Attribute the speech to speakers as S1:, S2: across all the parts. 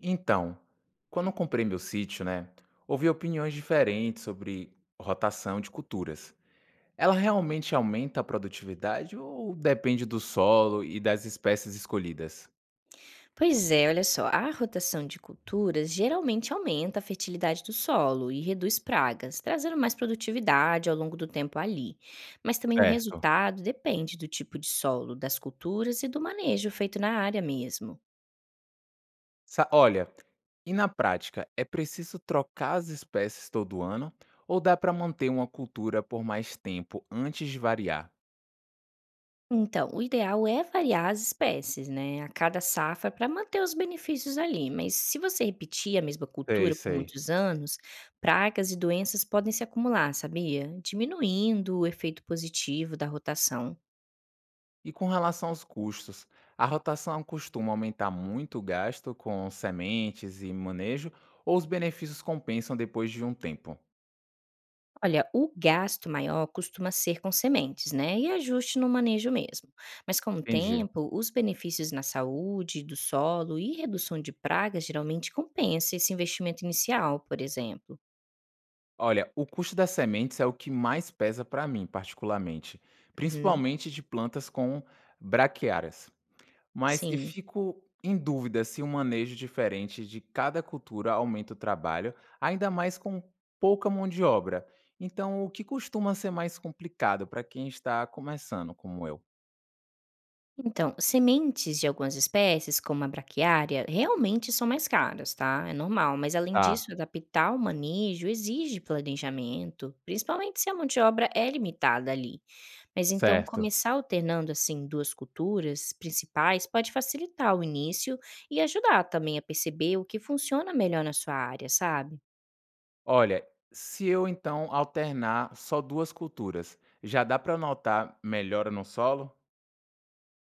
S1: Então, quando eu comprei meu sítio, né, houve opiniões diferentes sobre rotação de culturas. Ela realmente aumenta a produtividade ou depende do solo e das espécies escolhidas?
S2: Pois é, olha só, a rotação de culturas geralmente aumenta a fertilidade do solo e reduz pragas, trazendo mais produtividade ao longo do tempo ali. Mas também o
S1: Certo.
S2: resultado depende do tipo de solo, das culturas e do manejo feito na área mesmo.
S1: Olha, e na prática, é preciso trocar as espécies todo ano ou dá para manter uma cultura por mais tempo antes de variar?
S2: Então, o ideal é variar as espécies, né, a cada safra para manter os benefícios ali, mas se você repetir a mesma
S1: Sei,
S2: cultura por
S1: sei.
S2: muitos anos, pragas e doenças podem se acumular, sabia? Diminuindo o efeito positivo da rotação.
S1: E com relação aos custos, a rotação costuma aumentar muito o gasto com sementes e manejo, ou os benefícios compensam depois de um tempo?
S2: Olha, o gasto maior costuma ser com sementes, né? E ajuste no manejo mesmo. Mas com o
S1: Entendi.
S2: tempo, os benefícios na saúde, do solo e redução de pragas geralmente compensa esse investimento inicial, por exemplo.
S1: Olha, o custo das sementes é o que mais pesa para mim, particularmente,
S2: Uhum,
S1: principalmente de plantas com braquiárias. Mas eu
S2: sim.
S1: fico em dúvida se um manejo diferente de cada cultura aumenta o trabalho, ainda mais com pouca mão de obra. Então, o que costuma ser mais complicado para quem está começando, como eu?
S2: Então, sementes de algumas espécies, como a braquiária, realmente são mais caras, tá? É normal, mas além
S1: Tá,
S2: disso, adaptar o manejo exige planejamento, principalmente se a mão de obra é limitada ali. Mas então
S1: certo.
S2: começar alternando, assim, 2 culturas principais pode facilitar o início e ajudar também a perceber o que funciona melhor na sua área, sabe.
S1: Olha, se eu então alternar só 2 culturas, já dá para notar melhora no solo?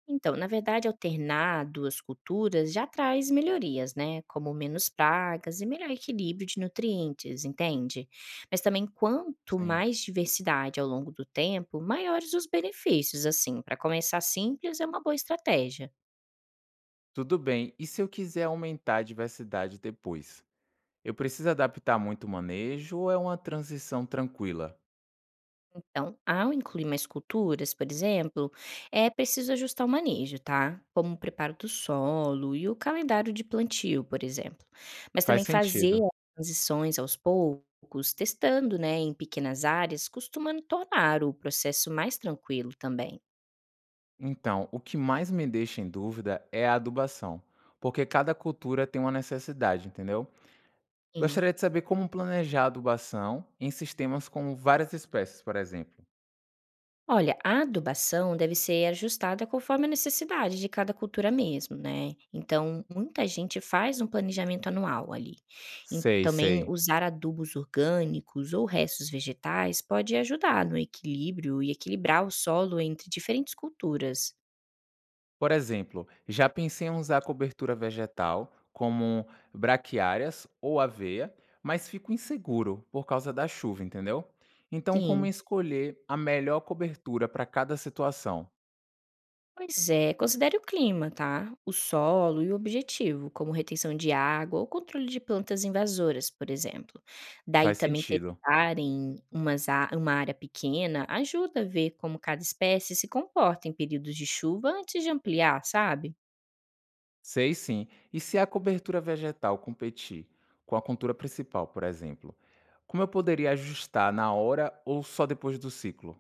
S2: Então, na verdade, alternar 2 culturas já traz melhorias, né, como menos pragas e melhor equilíbrio de nutrientes, entende. Mas também quanto
S1: Sim.
S2: mais diversidade ao longo do tempo, maiores os benefícios, assim, para começar simples é uma boa estratégia.
S1: Tudo bem. E se eu quiser aumentar a diversidade depois? Eu preciso adaptar muito o manejo ou é uma transição tranquila?
S2: Então, ao incluir mais culturas, por exemplo, é preciso ajustar o manejo, tá? Como o preparo do solo e o calendário de plantio, por exemplo. Mas também
S1: Faz
S2: fazer
S1: sentido.
S2: as transições aos poucos, testando, né, em pequenas áreas, costuma tornar o processo mais tranquilo também.
S1: Então, o que mais me deixa em dúvida é a adubação, porque cada cultura tem uma necessidade, entendeu? Gostaria de saber como planejar a adubação em sistemas com várias espécies, por exemplo.
S2: Olha, a adubação deve ser ajustada conforme a necessidade de cada cultura mesmo, né? Então, muita gente faz um planejamento anual ali. E
S1: Sei,
S2: também
S1: sei.
S2: usar adubos orgânicos ou restos vegetais pode ajudar no equilíbrio e equilibrar o solo entre diferentes culturas.
S1: Por exemplo, já pensei em usar cobertura vegetal, como braquiárias ou aveia, mas fico inseguro por causa da chuva, entendeu? Então, como
S2: Sim.
S1: escolher a melhor cobertura para cada situação?
S2: Pois é, considere o clima, tá? O solo e o objetivo, como retenção de água ou controle de plantas invasoras, por exemplo. Daí
S1: Faz
S2: também
S1: sentido.
S2: testar em uma área pequena ajuda a ver como cada espécie se comporta em períodos de chuva antes de ampliar, sabe?
S1: Sei, sim. E se a cobertura vegetal competir com a cultura principal, por exemplo, como eu poderia ajustar na hora ou só depois do ciclo?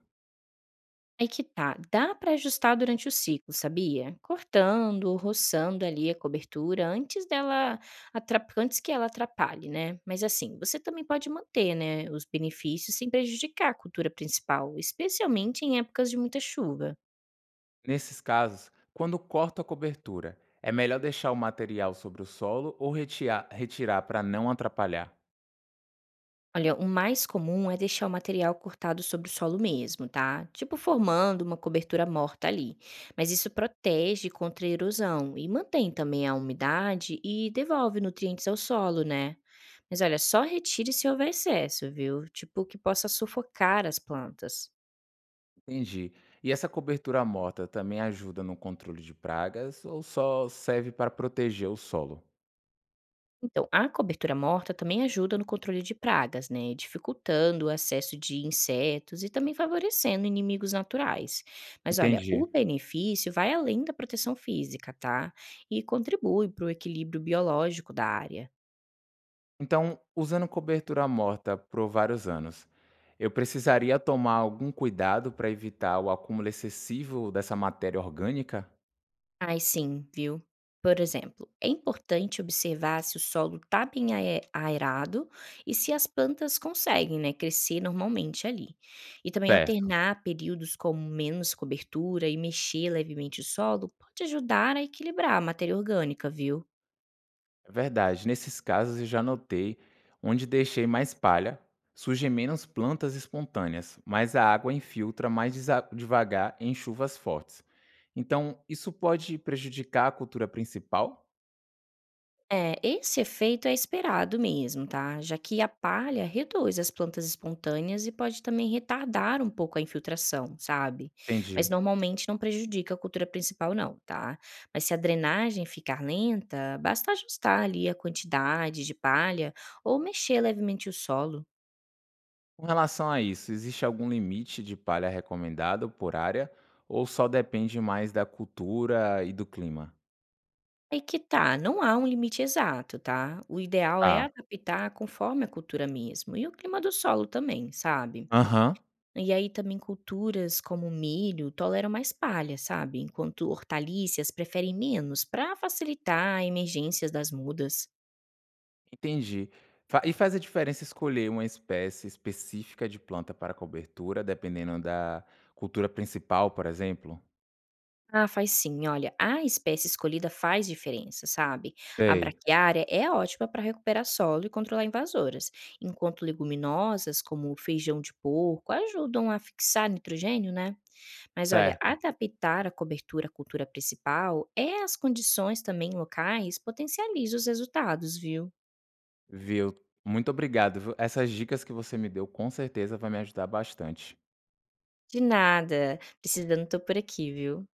S2: Aí que tá, dá para ajustar durante o ciclo, sabia? Cortando, ou roçando ali a cobertura antes que ela atrapalhe, né? Mas assim, você também pode manter, né, os benefícios sem prejudicar a cultura principal, especialmente em épocas de muita chuva.
S1: Nesses casos, quando corto a cobertura, é melhor deixar o material sobre o solo ou retirar para não atrapalhar?
S2: Olha, o mais comum é deixar o material cortado sobre o solo mesmo, tá? Tipo formando uma cobertura morta ali. Mas isso protege contra a erosão e mantém também a umidade e devolve nutrientes ao solo, né? Mas olha, só retire se houver excesso, viu? Tipo que possa sufocar as plantas.
S1: Entendi. E essa cobertura morta também ajuda no controle de pragas ou só serve para proteger o solo?
S2: Então, a cobertura morta também ajuda no controle de pragas, né? Dificultando o acesso de insetos e também favorecendo inimigos naturais. Mas olha, o
S1: Entendi.
S2: benefício vai além da proteção física, tá? E contribui para o equilíbrio biológico da área.
S1: Então, usando cobertura morta por vários anos, eu precisaria tomar algum cuidado para evitar o acúmulo excessivo dessa matéria orgânica?
S2: Ai sim, viu. Por exemplo, é importante observar se o solo está bem aerado e se as plantas conseguem, né, crescer normalmente ali. E também
S1: Certo.
S2: alternar períodos com menos cobertura e mexer levemente o solo pode ajudar a equilibrar a matéria orgânica, viu?
S1: É verdade. Nesses casos eu já notei onde deixei mais palha, surgem menos plantas espontâneas, mas a água infiltra mais devagar em chuvas fortes. Então, isso pode prejudicar a cultura principal?
S2: É, esse efeito é esperado mesmo, tá? Já que a palha reduz as plantas espontâneas e pode também retardar um pouco a infiltração, sabe? Mas
S1: Entendi.
S2: normalmente não prejudica a cultura principal, não, tá? Mas se a drenagem ficar lenta, basta ajustar ali a quantidade de palha ou mexer levemente o solo.
S1: Com relação a isso, existe algum limite de palha recomendado por área ou só depende mais da cultura e do clima?
S2: Aí que tá, não há um limite exato, tá? O ideal é
S1: Tá.
S2: adaptar conforme a cultura mesmo e o clima do solo também, sabe?
S1: Aham.
S2: E aí também culturas como milho toleram mais palha, sabe? Enquanto hortaliças preferem menos para facilitar emergências das mudas.
S1: Entendi. Fa e faz a diferença escolher uma espécie específica de planta para cobertura, dependendo da cultura principal, por exemplo?
S2: Ah, faz sim. Olha, a espécie escolhida faz diferença, sabe? A
S1: Sei,
S2: braquiária é ótima para recuperar solo e controlar invasoras, enquanto leguminosas, como o feijão de porco, ajudam a fixar nitrogênio, né? Mas olha,
S1: certo.
S2: adaptar a cobertura à cultura principal é as condições também locais potencializa os resultados, viu?
S1: Viu. Muito obrigado, viu. Essas dicas que você me deu, com certeza vai me ajudar bastante.
S2: De nada. Precisando, tô por aqui, viu.